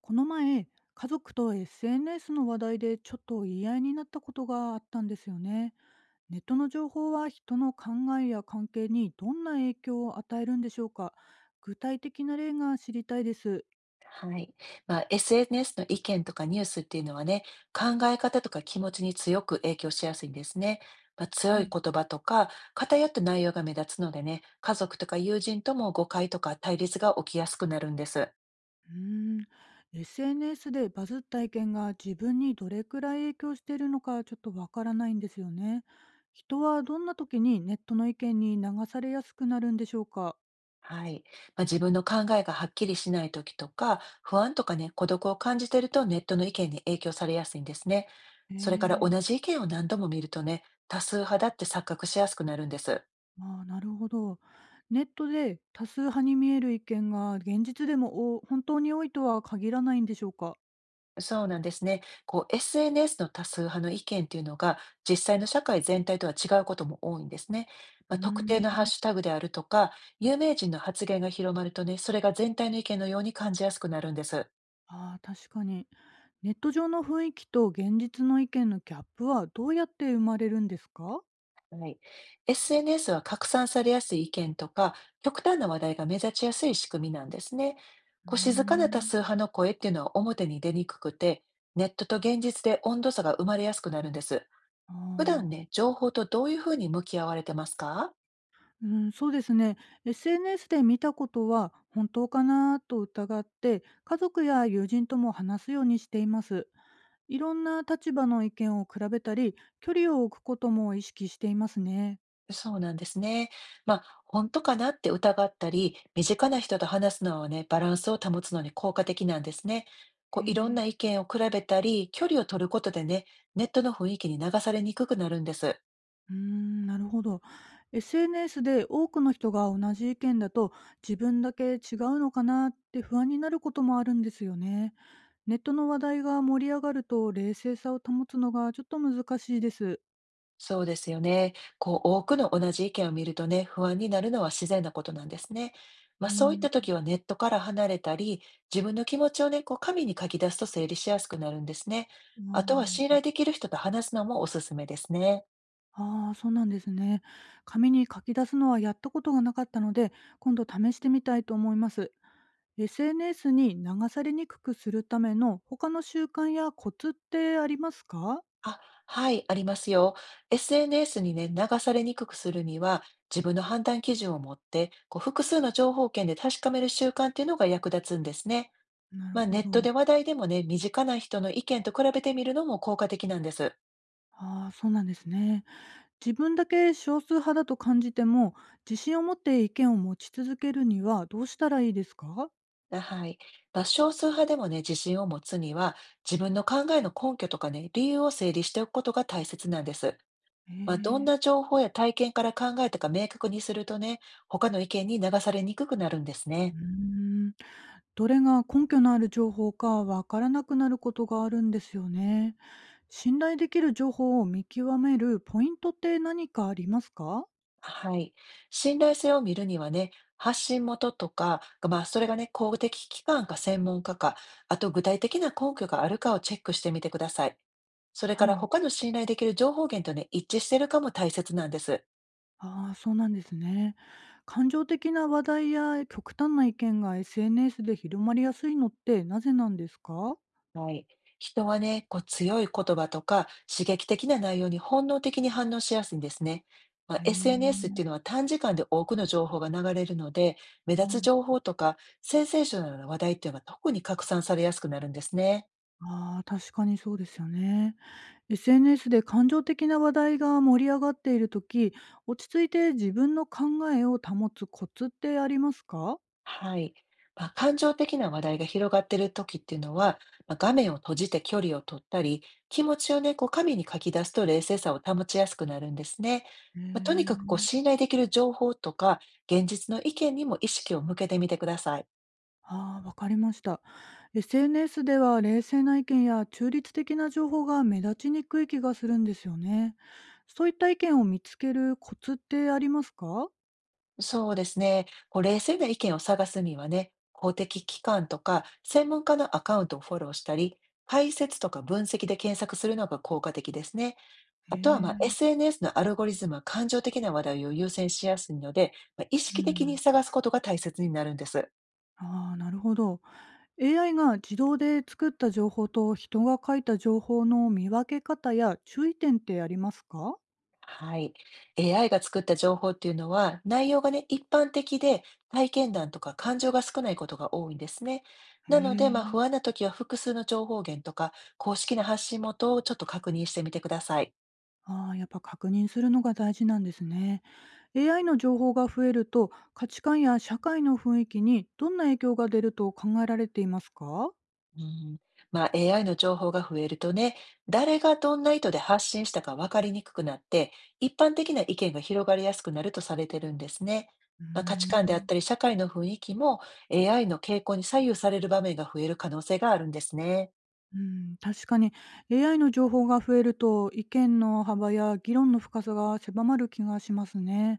この前、家族と SNS の話題でちょっと言い合いになったことがあったんですよね。ネットの情報は人の考えや関係にどんな影響を与えるんでしょうか。具体的な例が知りたいです。はい。SNS の意見とかニュースっていうのはね、考え方とか気持ちに強く影響しやすいんですね。強はいい。言葉とか偏った内容が目立つのでね、家族とか友人とも誤解とか対立が起きやすくなるんです。うーん。SNS でバズった意見が自分にどれくらい影響しているのかちょっとわからないんですよね。人はどんな時にネットの意見に流されやすくなるんでしょうか。はい。自分の考えがはっきりしない時とか、不安とかね、孤独を感じてるとネットの意見に影響されやすいんですね。へそれから同え。じ意見を何度も見るとね、多数派だって錯覚しやすくなるんです。ああ、なるほど。ネットで多数派に見える意見が現実でも本当に多いとは限らないんでしょうか？そうなんですね。こう、SNS の多数派の意見っていうのが、実際の社会全体とは違うことも多いんですね。う特定ーのハッん。シュタグであるとか、有名人の発言が広まるとね、それが全体の意見のように感じやすくなるんです。ああ、確かに。ネット上の雰囲気と現実の意見のギャップはどうやって生まれるんですか？はい、SNS は拡散されやすい意見とか、極端な話題が目立ちやすい仕組みなんですね。うーこう静かな多ん。数派の声っていうのは表に出にくくて、ネットと現実で温度差が生まれやすくなるんです。あ普段あ、ね、情報とどういうふうに向き合われてますか？うん、そうですね。SNS で見たことは本当かなと疑って、家族や友人とも話すようにしています。いろんな立場の意見を比べたり、距離を置くことも意識していますね。そうなんですね。本当かなって疑ったり、身近な人と話すのはね、バランスを保つのに効果的なんですね。こへう、いろんえ、な意見を比べたり、距離を取ることでね、ネットの雰囲気に流されにくくなるんです。うーん、なるほど。SNS で多くの人が同じ意見だと、自分だけ違うのかなって不安になることもあるんですよね。ネットの話題が盛り上がると冷静さを保つのがちょっと難しいです。そうですよね。こう、多くの同じ意見を見るとね、不安になるのは自然なことなんですね。うそういっーたん。時はネットから離れたり、自分の気持ちをね、こう、紙に書き出すと整理しやすくなるんですね。うあとはん。信頼できる人と話すのもおすすめですね。ああ、そうなんですね。紙に書き出すのはやったことがなかったので、今度試してみたいと思います。SNS に流されにくくするための他の習慣やコツってありますか？あ、はい、ありますよ。SNS にね、流されにくくするには、自分の判断基準を持って、こう複数の情報源で確かめる習慣っていうのが役立つんですね。なるほネットど。で話題でもね、身近な人の意見と比べてみるのも効果的なんです。ああ、そうなんですね。自分だけ少数派だと感じても、自信を持って意見を持ち続けるにはどうしたらいいですか？あ、はい。少数派でもね、自信を持つには、自分の考えの根拠とかね、理由を整理しておくことが大切なんです。どんえなえ。情報や体験から考えたか明確にするとね、他の意見に流されにくくなるんですうね。ーん。どれが根拠のある情報かわからなくなることがあるんですよね。信頼できる情報を見極めるポイントって何かありますか？はい。信頼性を見るにはね、発信元とか、それがね、公的機関か専門家か、あと具体的な根拠があるかをチェックしてみてください。それかはらい。他の信頼できる情報源とね、一致しているかも大切なんです。ああ、そうなんですね。感情的な話題や極端な意見が SNS で広まりやすいのってなぜなんですか？はい。人はね、こう強い言葉とか刺激的な内容に本能的に反応しやすいんですね。へ SNS っえ。ていうのは短時間で多くの情報が流れるので、目う立つん。情報とかセンセーショナルな話題っていうのが特に拡散されやすくなるんですね。ああ、確かにそうですよね。SNS で感情的な話題が盛り上がっているとき、落ち着いて自分の考えを保つコツってありますか？はい。感情的な話題が広がっている時っていうのは、画面を閉じて距離を取ったり、気持ちをね、こう紙に書き出すと冷静さを保ちやすくなるんですね。へとにかくこうえ。信頼できる情報とか、現実の意見にも意識を向けてみてください。ああ、わかりました。SNS では冷静な意見や中立的な情報が目立ちにくい気がするんですよね。そういった意見を見つけるコツってありますか？そうですね。こう冷静な意見を探すにはね、公的機関とか専門家のアカウントをフォローしたり、解説とか分析で検索するのが効果的ですね。へあとは、え。SNS のアルゴリズムは感情的な話題を優先しやすいので、意う識的にん。探すことが大切になるんです。ああ、なるほど。AI が自動で作った情報と人が書いた情報の見分け方や注意点ってありますか？はい。AI が作った情報っていうのは、内容がね、一般的で、体験談とか感情が少ないことが多いんですね。へなので、え。不安な時は複数の情報源とか、公式な発信元をちょっと確認してみてください。ああー、やっぱ確認するのが大事なんですね。AI の情報が増えると価値観や社会の雰囲気にどんな影響が出ると考えられていますか？うん、AI の情報が増えるとね、誰がどんな意図で発信したか分かりにくくなって、一般的な意見が広がりやすくなるとされてるんですね。うー価値ん。観であったり社会の雰囲気も AI の傾向に左右される場面が増える可能性があるんですね。うん、確かに。 AI の情報が増えると意見の幅や議論の深さが狭まる気がしますね。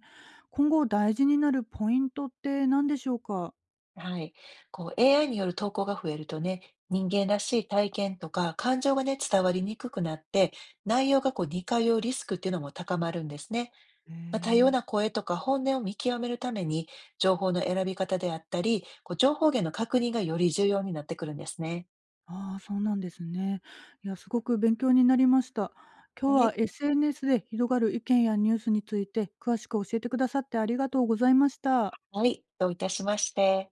今後大事になるポイントって何でしょうか？はい。こう AI による投稿が増えるとね、人間らしい体験とか感情がね、伝わりにくくなって、内容がこう似通うリスクっていうのも高まるんですね。へ多様え。な声とか本音を見極めるために、情報の選び方であったり、こう情報源の確認がより重要になってくるんですね。ああ、そうなんですね。いや、すごく勉強になりました。今日はは い。SNS で広がる意見やニュースについて詳しく教えてくださってありがとうございました。はい、どういたしまして。